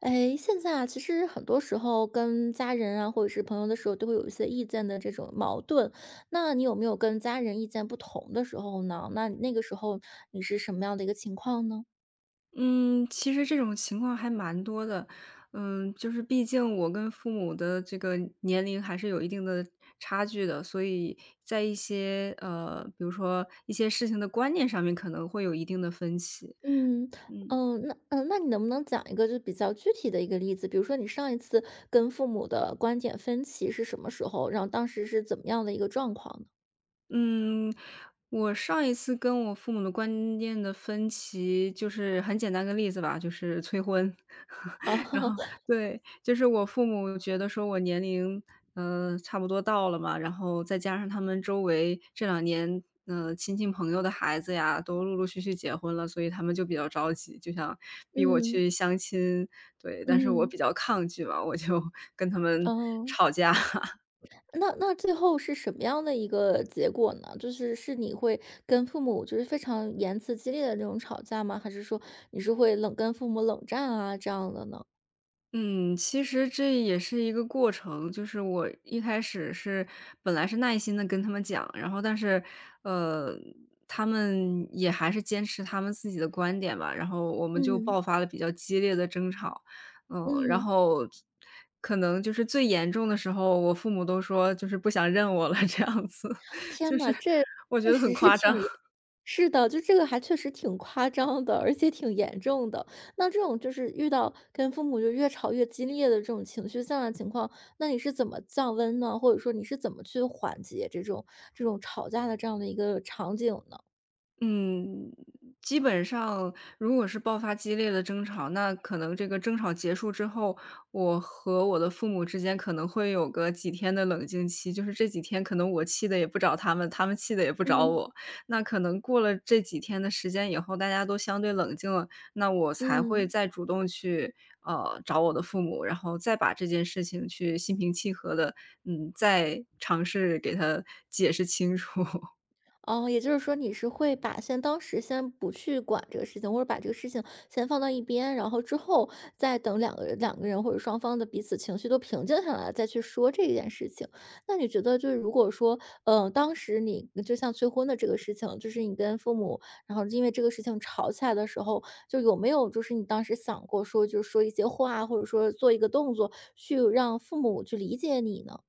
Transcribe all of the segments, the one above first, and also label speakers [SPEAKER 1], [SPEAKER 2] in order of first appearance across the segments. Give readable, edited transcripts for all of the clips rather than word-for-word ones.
[SPEAKER 1] 哎，现在啊，其实很多时候跟家人啊，或者是朋友的时候，都会有一些意见的这种矛盾。那你有没有跟家人意见不同的时候呢？那个时候你是什么样的一个情况呢？
[SPEAKER 2] 嗯，其实这种情况还蛮多的。嗯，就是毕竟我跟父母的这个年龄还是有一定的差距的，所以在一些比如说一些事情的观念上面可能会有一定的分歧。
[SPEAKER 1] 嗯。
[SPEAKER 2] 嗯
[SPEAKER 1] 嗯，那嗯，那你能不能讲一个就比较具体的一个例子？比如说你上一次跟父母的观点分歧是什么时候？然后当时是怎么样的一个状况呢？
[SPEAKER 2] 嗯，我上一次跟我父母的观念的分歧，就是很简单个例子吧，就是催婚。然后
[SPEAKER 1] 啊，
[SPEAKER 2] 对，就是我父母觉得说我年龄，差不多到了嘛，然后再加上他们周围这两年，亲戚朋友的孩子呀，都陆陆续续结婚了，所以他们就比较着急，就想逼我
[SPEAKER 1] 嗯。
[SPEAKER 2] 去相亲，对，但是我比
[SPEAKER 1] 嗯，
[SPEAKER 2] 较抗拒吧，我就 跟他们
[SPEAKER 1] 哦。
[SPEAKER 2] 吵架。
[SPEAKER 1] 那最后是什么样的一个结果呢？就是你会跟父母就是非常言辞激烈的那种吵架吗？还是说你是会冷跟父母冷战啊这样的呢？
[SPEAKER 2] 嗯，其实这也是一个过程，就是我一开始是本来是耐心的跟他们讲，然后但是，呃，他们也还是坚持他们自己的观点吧，然后我们就
[SPEAKER 1] 嗯。
[SPEAKER 2] 爆发了比较激烈的争吵。嗯，然
[SPEAKER 1] 嗯，
[SPEAKER 2] 后可能就是最严重的时候，我父母都说就是不想认我了这样子，
[SPEAKER 1] 天
[SPEAKER 2] 就是
[SPEAKER 1] 呐，这
[SPEAKER 2] 我觉
[SPEAKER 1] 确
[SPEAKER 2] 得很
[SPEAKER 1] 实是
[SPEAKER 2] 夸张。
[SPEAKER 1] 挺严是的，就这个还确实挺夸张的，而且挺严重的。那这种就是遇到跟父母就越吵越激烈的这种情绪上的情况，那你是怎么降温呢？或者说你是怎么去缓解这种吵架的这样的一个场景呢？
[SPEAKER 2] 嗯，基本上如果是爆发激烈的争吵，那可能这个争吵结束之后，我和我的父母之间可能会有个几天的冷静期，就是这几天可能我气的也不找他们，他们气的也不找
[SPEAKER 1] 嗯。
[SPEAKER 2] 我。那可能过了这几天的时间以后，大家都相对冷静了，那我才会
[SPEAKER 1] 嗯，
[SPEAKER 2] 再主动去找我的父母，然后再把这件事情去心平气和的，嗯，再尝试给他解释清楚。
[SPEAKER 1] 哦，也就是说你是会把先当时先不去管这个事情，或者把这个事情先放到一边，然后之后再等两个人或者双方的彼此情绪都平静下来了再去说这件事情。那你觉得就是如果说，当时你就像催婚的这个事情，就是你跟父母，然后因为这个事情吵起来的时候，就有没有就是你当时想过说，就是说一些话，或者说做一个动作，去让父母去理解你呢？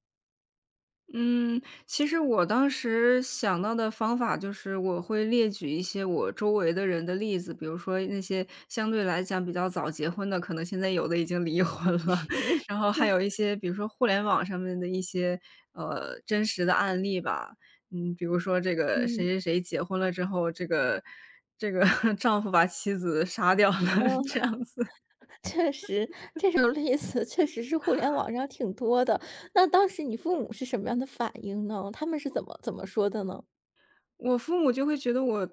[SPEAKER 2] 嗯，其实我当时想到的方法就是我会列举一些我周围的人的例子，比如说那些相对来讲比较早结婚的，可能现在有的已经离婚了，然后还有一些比如说互联网上面的一些真实的案例吧，嗯，比如说这个谁
[SPEAKER 1] 嗯。
[SPEAKER 2] 谁谁结婚了之后，这个 丈夫把妻子杀掉了，这样子。
[SPEAKER 1] 确实，这种例子确实是互联网上挺多的。那当时你父母是什么样的反应呢？他们是怎么说的呢？
[SPEAKER 2] 我父母就会觉得我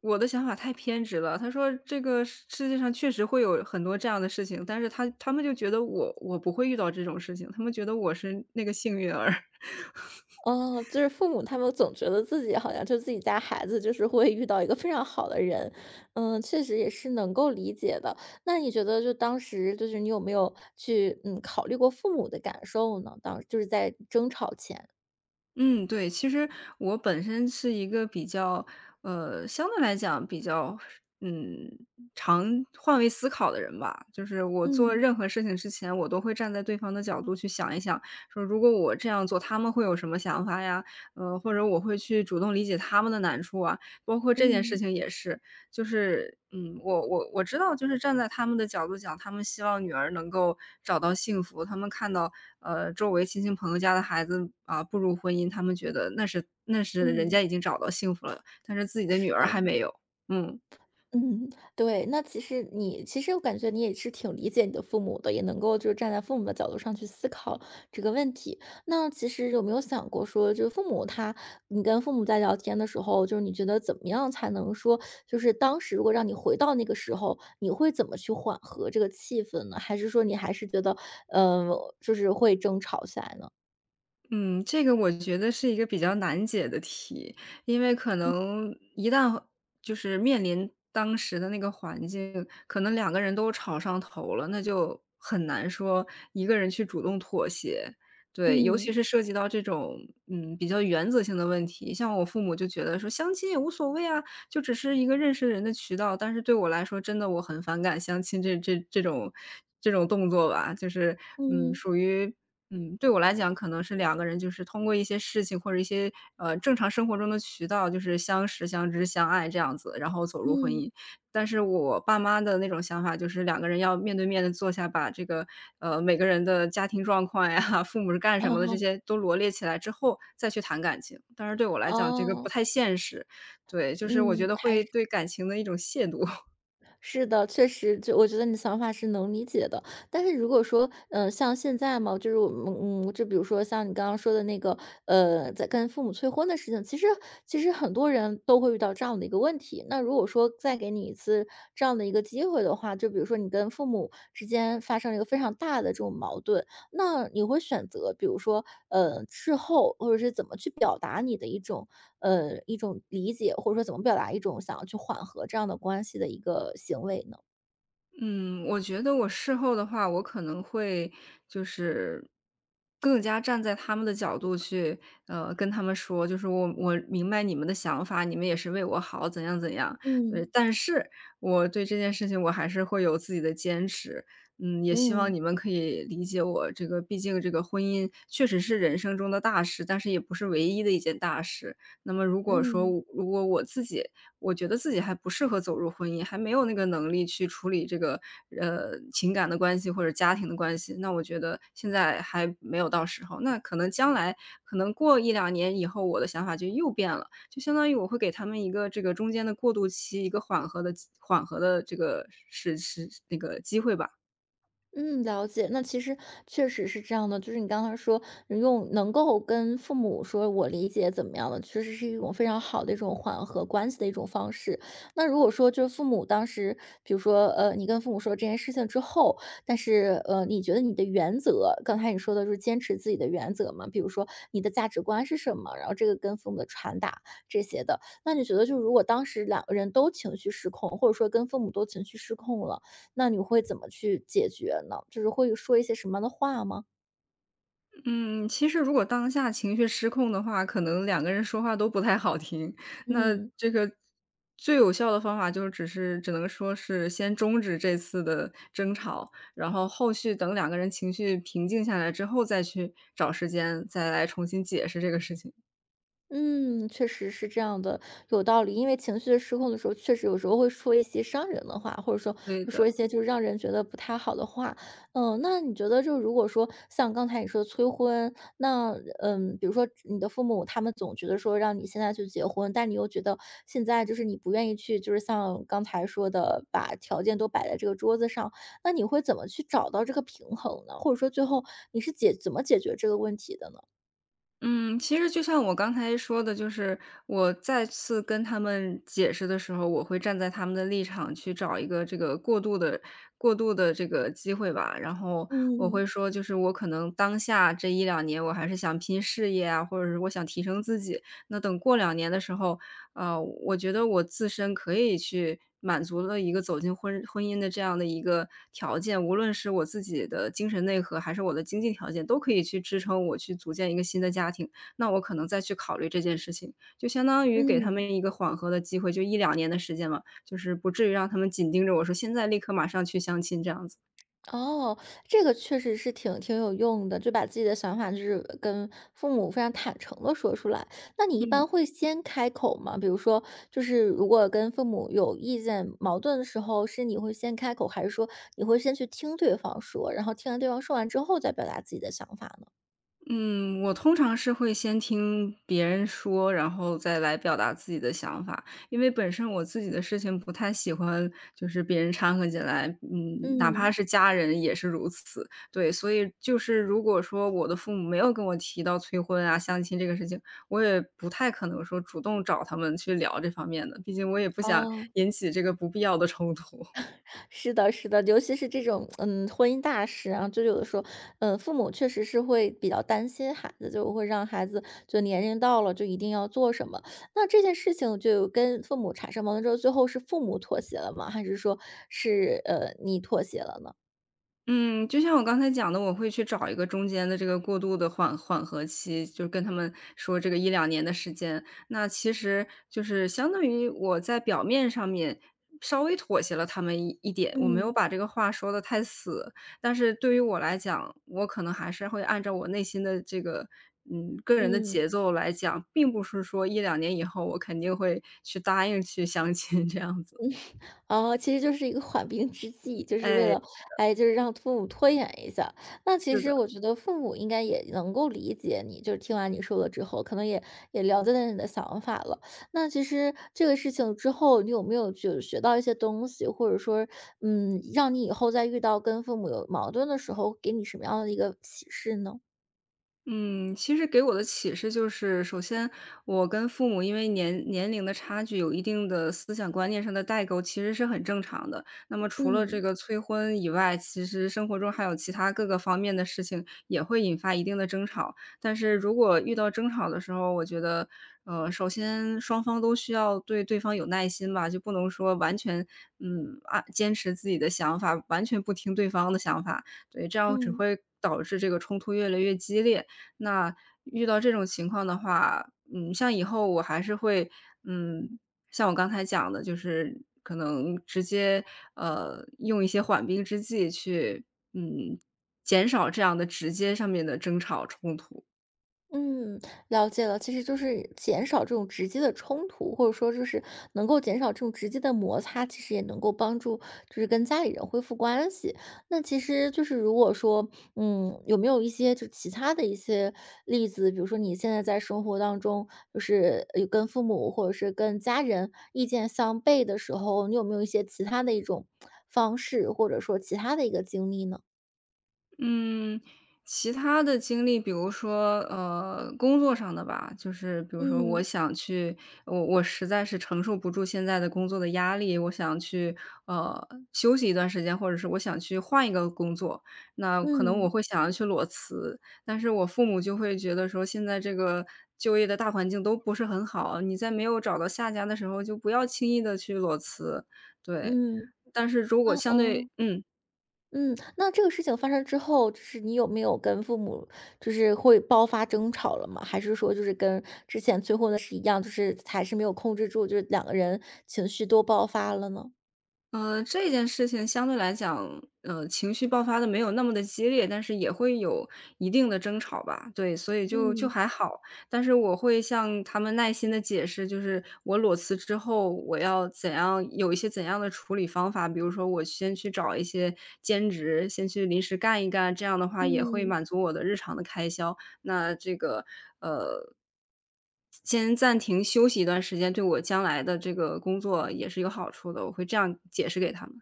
[SPEAKER 2] 我的想法太偏执了。他说这个世界上确实会有很多这样的事情，但是他们就觉得我不会遇到这种事情，他们觉得我是那个幸运儿。
[SPEAKER 1] 哦，就是父母他们总觉得自己好像就自己家孩子就是会遇到一个非常好的人，嗯，确实也是能够理解的。那你觉得就当时就是你有没有去考虑过父母的感受呢？当就是在争吵前，
[SPEAKER 2] 嗯，对，其实我本身是一个比较，相对来讲比较，嗯，常换位思考的人吧。就是我做
[SPEAKER 1] 嗯。
[SPEAKER 2] 任何事情之前，我都会站在对方的角度去想一想，说如果我这样做，他们会有什么想法呀？或者我会去主动理解他们的难处啊。包括这件事
[SPEAKER 1] 嗯。
[SPEAKER 2] 情也是，就是，我知道，就是站在他们的角度讲，他们希望女儿能够找到幸福，他们看到，周围亲戚朋友家的孩子啊，步入婚姻，他们觉得那是人
[SPEAKER 1] 嗯，
[SPEAKER 2] 家已经找到幸福了，但是自己的女
[SPEAKER 1] 是
[SPEAKER 2] 儿
[SPEAKER 1] 的。
[SPEAKER 2] 还没有，嗯。
[SPEAKER 1] 嗯，对，那其实你其实我感觉你也是挺理解你的父母的，也能够就是站在父母的角度上去思考这个问题。那其实有没有想过说，就是父母他，你跟父母在聊天的时候，就是你觉得怎么样才能说，就是当时如果让你回到那个时候，你会怎么去缓和这个气氛呢？还是说你还是觉得，嗯、就是会争吵起来呢？
[SPEAKER 2] 嗯，这个我觉得是一个比较难解的题，因为可
[SPEAKER 1] 嗯。
[SPEAKER 2] 能一旦就是面临当时的那个环境，可能两个人都吵上头了，那就很难说一个人去主动妥协。对，尤其
[SPEAKER 1] 嗯。
[SPEAKER 2] 是涉及到这种比较原则性的问题，像我父母就觉得说相亲也无所谓啊，就只是一个认识人的渠道。但是对我来说，真的我很反感相亲这种动作吧，就是
[SPEAKER 1] 嗯。
[SPEAKER 2] 属于对我来讲可能是两个人就是通过一些事情或者一些，正常生活中的渠道，就是相识、相知、相爱这样子，然后走入婚
[SPEAKER 1] 嗯，
[SPEAKER 2] 姻。但是我爸妈的那种想法就是两个人要面对面的坐下，把这个，每个人的家庭状况呀，父母是干什么的，这
[SPEAKER 1] 哦。
[SPEAKER 2] 些都罗列起来之后再去谈感情。但是对我来讲这个不
[SPEAKER 1] 哦，
[SPEAKER 2] 太现实，对，就是我觉
[SPEAKER 1] 嗯，
[SPEAKER 2] 得
[SPEAKER 1] 还
[SPEAKER 2] 会
[SPEAKER 1] 是。
[SPEAKER 2] 对感情的一种亵渎。
[SPEAKER 1] 是的，确实，就我觉得你的想法是能理解的。但是如果说，像现在嘛，就是我们，就比如说像你刚刚说的那个，在跟父母催婚的事情，其实很多人都会遇到这样的一个问题。那如果说再给你一次这样的一个机会的话，就比如说你跟父母之间发生了一个非常大的这种矛盾，那你会选择，比如说，事后或者是怎么去表达你的一种一种理解，或者说怎么表达一种想要去缓和这样的关系的一个行为呢？
[SPEAKER 2] 嗯，我觉得我事后的话，我可能会就是更加站在他们的角度去，跟他们说，就是我我明白你们的想法，你们也是为我好，怎样怎样。
[SPEAKER 1] 嗯。
[SPEAKER 2] 对，但是我对这件事情我还是会有自己的坚持。嗯，也希望
[SPEAKER 1] 嗯。
[SPEAKER 2] 你们可以理解我这个，毕竟这个婚姻确实是人生中的大事，但是也不是唯一的一件大事。那么
[SPEAKER 1] 嗯。
[SPEAKER 2] 如果我自己，我觉得自己还不适合走入婚姻，还没有那个能力去处理这个，情感的关系或者家庭的关系，那我觉得现在还没有到时候。那可能将来可能过一两年以后，我的想法就又变了，就相当于我会给他们一个这个中间的过渡期，一个缓和的这个那个机会吧。
[SPEAKER 1] 嗯，了解。那其实确实是这样的，就是你刚才说用能够跟父母说我理解怎么样的，确实是一种非常好的一种缓和关系的一种方式。那如果说就是父母当时，比如说你跟父母说这件事情之后，但是你觉得你的原则，刚才你说的就是坚持自己的原则嘛，比如说你的价值观是什么，然后这个跟父母的传达这些的，那你觉得就如果当时两个人都情绪失控，或者说跟父母都情绪失控了？那你会怎么去解决呢？就是会说一些什么样的话吗？
[SPEAKER 2] 嗯，其实如果当下情绪失控的话，可能两个人说话都不太好听。那
[SPEAKER 1] 嗯。
[SPEAKER 2] 这个最有效的方法就只是只能说是先终止这次的争吵，然后后续等两个人情绪平静下来之后，再去找时间再来重新解释这个事情。
[SPEAKER 1] 嗯，确实是这样的，有道理。因为情绪失控的时候，确实有时候会说一些伤人的话，或者说
[SPEAKER 2] 对
[SPEAKER 1] 会说
[SPEAKER 2] 的。
[SPEAKER 1] 一些就是让人觉得不太好的话。嗯，那你觉得就如果说像刚才你说的催婚，那嗯，比如说你的父母他们总觉得说让你现在去结婚，但你又觉得现在就是你不愿意去，就是像刚才说的，把条件都摆在这个桌子上，那你会怎么去找到这个平衡呢？或者说最后你是解怎么解决这个问题的呢？
[SPEAKER 2] 嗯，其实就像我刚才说的，就是我再次跟他们解释的时候，我会站在他们的立场去找一个这个过渡的这个机会吧。然后我
[SPEAKER 1] 嗯。
[SPEAKER 2] 会说，就是我可能当下这一两年，我还是想拼事业啊，或者是我想提升自己。那等过两年的时候，啊，我觉得我自身可以去满足了一个走进婚姻的这样的一个条件，无论是我自己的精神内核，还是我的经济条件，都可以去支撑我去组建一个新的家庭。那我可能再去考虑这件事情，就相当于给他
[SPEAKER 1] 嗯。
[SPEAKER 2] 们一个缓和的机会，就一两年的时间嘛，就是不至于让他们紧盯着我说现在立刻马上去相亲这样子。
[SPEAKER 1] 哦，这个确实是挺有用的，就把自己的想法就是跟父母非常坦诚的说出来。那你一
[SPEAKER 2] 嗯。
[SPEAKER 1] 般会先开口吗？比如说，就是如果跟父母有意见矛盾的时候，是你会先开口，还是说你会先去听对方说，然后听完对方说完之后再表达自己的想法呢？
[SPEAKER 2] 嗯，我通常是会先听别人说，然后再来表达自己的想法。因为本身我自己的事情不太喜欢，就是别人掺和进来，嗯，哪怕
[SPEAKER 1] 嗯，
[SPEAKER 2] 是家人也是如此。对，所以就是如果说我的父母没有跟我提到催婚啊、相亲这个事情，我也不太可能说主动找他们去聊这方面的，毕竟我也不想
[SPEAKER 1] 哦。
[SPEAKER 2] 引起这个不必要的冲突。
[SPEAKER 1] 是的，是的，尤其是这种，婚姻大事啊，就有的时候，父母确实是会比较担心孩子，就会让孩子就年龄到了就一定要做什么。那这件事情就跟父母产生矛盾之后，最后是父母妥协了吗？还是说是你妥协了呢？
[SPEAKER 2] 嗯，就像我刚才讲的，我会去找一个中间的这个过渡的缓和期，就是跟他们说这个一两年的时间。那其实就是相当于我在表面上面稍微妥协了他们一点，我没有
[SPEAKER 1] 嗯。
[SPEAKER 2] 把这个话说得太死。但是对于我来讲，我可能还是会按照我内心的这个，嗯，个人的
[SPEAKER 1] 嗯。
[SPEAKER 2] 节奏来讲，并不是说一两年以后我肯定会去答应去相亲这样子。
[SPEAKER 1] 哦，其实就是一个缓兵之计，就是为
[SPEAKER 2] 哎，
[SPEAKER 1] 了，哎，就是让父母拖延一下。那其
[SPEAKER 2] 是
[SPEAKER 1] 实
[SPEAKER 2] 的。
[SPEAKER 1] 我觉得父母应该也能够理解你，就是听完你说了之后，可能也了解到你的想法了。那其实这个事情之后，你有没有就学到一些东西，或者说，让你以后再遇到跟父母有矛盾的时候，给你什么样的一个启示呢？
[SPEAKER 2] 嗯，其实给我的启示就是，首先我跟父母因为年龄的差距，有一定的思想观念上的代沟，其实是很正常的。那么除了这
[SPEAKER 1] 嗯。
[SPEAKER 2] 个催婚以外，其实生活中还有其他各个方面的事情也会引发一定的争吵。但是如果遇到争吵的时候，我觉得，首先双方都需要对方有耐心吧，就不能说完全，坚持自己的想法，完全不听对方的想法，对，这样只
[SPEAKER 1] 嗯。
[SPEAKER 2] 会导致这个冲突越来越激烈。那遇到这种情况的话，嗯，像以后我还是会，嗯，像我刚才讲的，就是可能直接，用一些缓兵之计去，嗯，减少这样的直接上面的争吵冲突。
[SPEAKER 1] 嗯，了解了。其实就是减少这种直接的冲突，或者说就是能够减少这种直接的摩擦，其实也能够帮助就是跟家里人恢复关系。那其实就是如果说，有没有一些就其他的一些例子，比如说你现在在生活当中，就是跟父母或者是跟家人意见相悖的时候，你有没有一些其他的一种方式，或者说其他的一个经历呢？
[SPEAKER 2] 嗯，其他的经历，比如说，工作上的吧，就是比如说我
[SPEAKER 1] 嗯。
[SPEAKER 2] 想去，我实在是承受不住现在的工作的压力，我想去，休息一段时间，或者是我想去换一个工作，那可能我
[SPEAKER 1] 嗯。
[SPEAKER 2] 会想要去裸辞，但是我父母就会觉得说，现在这个就业的大环境都不是很好，你在没有找到下家的时候，就不要轻易的去裸辞，对。
[SPEAKER 1] 嗯，
[SPEAKER 2] 但是如果
[SPEAKER 1] 那
[SPEAKER 2] 相对
[SPEAKER 1] 嗯。
[SPEAKER 2] 嗯。
[SPEAKER 1] 嗯，那这个事情发生之后，就是你有没有跟父母就是会爆发争吵了吗？还是说就是跟之前催婚的是一样，就是还是没有控制住，就是两个人情绪都爆发了呢？
[SPEAKER 2] 这件事情相对来讲，情绪爆发的没有那么的激烈，但是也会有一定的争吵吧，对，所以就
[SPEAKER 1] 嗯。
[SPEAKER 2] 还好。但是我会向他们耐心的解释，就是我裸辞之后，我要怎样有一些怎样的处理方法，比如说我先去找一些兼职，先去临时干一干，这样的话也会
[SPEAKER 1] 嗯，
[SPEAKER 2] 满足我的日常的开销。那这个，呃，先暂停休息一段时间，对我将来的这个工作也是有好处的，我会这样解释给他们。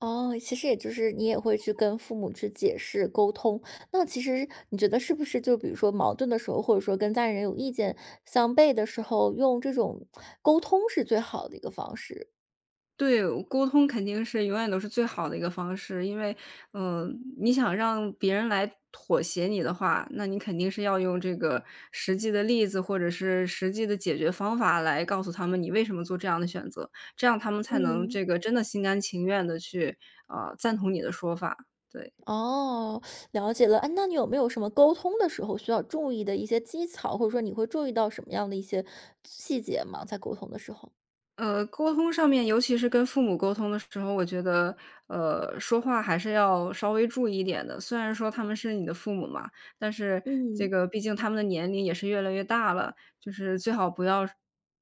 [SPEAKER 1] 哦，其实也就是你也会去跟父母去解释沟通。那其实你觉得是不是就比如说矛盾的时候，或者说跟家人有意见相悖的时候，用这种沟通是最好的一个方式？
[SPEAKER 2] 对，沟通肯定是永远都是最好的一个方式，因为，嗯，你想让别人来妥协你的话，那你肯定是要用这个实际的例子或者是实际的解决方法来告诉他们你为什么做这样的选择，这样他们才能
[SPEAKER 1] 嗯。
[SPEAKER 2] 这个真的心甘情愿的去，赞同你的说法，对。
[SPEAKER 1] 哦，了解了。哎，那你有没有什么沟通的时候需要注意的一些技巧，或者说你会注意到什么样的一些细节吗？在沟通的时候，
[SPEAKER 2] 沟通上面，尤其是跟父母沟通的时候，我觉得，说话还是要稍微注意一点的。虽然说他们是你的父母嘛，但是这
[SPEAKER 1] 嗯
[SPEAKER 2] 个毕竟他们的年龄也是越来越大了，就是最好不要，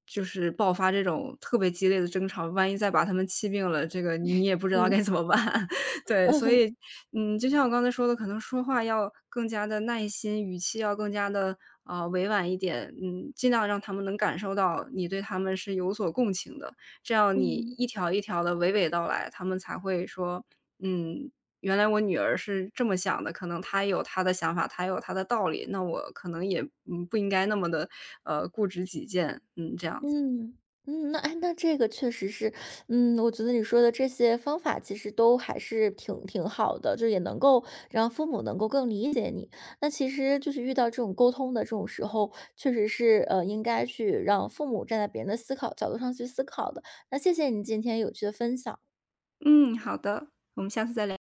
[SPEAKER 2] 就是爆发这种特别激烈的争吵，万一再把他们气病了，这个你也不知道该
[SPEAKER 1] 嗯
[SPEAKER 2] 怎么办。对，所以 嗯，就像我刚才说的，可能说话要更加的耐心，语气要更加的委婉一点。嗯，尽量让他们能感受到你对他们是有所共情的，这样你
[SPEAKER 1] 嗯
[SPEAKER 2] 一条一条的娓娓道来，他们才会说：“嗯，原来我女儿是这么想的，可能她有她的想法，她有她的道理，那我可能也，嗯，不应该那么的固执己见。”嗯，这样子。
[SPEAKER 1] 嗯，嗯，那哎，那这个确实是，我觉得你说的这些方法其实都还是挺好的，就也能够让父母能够更理解你。那其实就是遇到这种沟通的这种时候，确实是应该去让父母站在别人的思考角度上去思考的。那谢谢你今天有趣的分享。
[SPEAKER 2] 嗯，好的，我们下次再聊。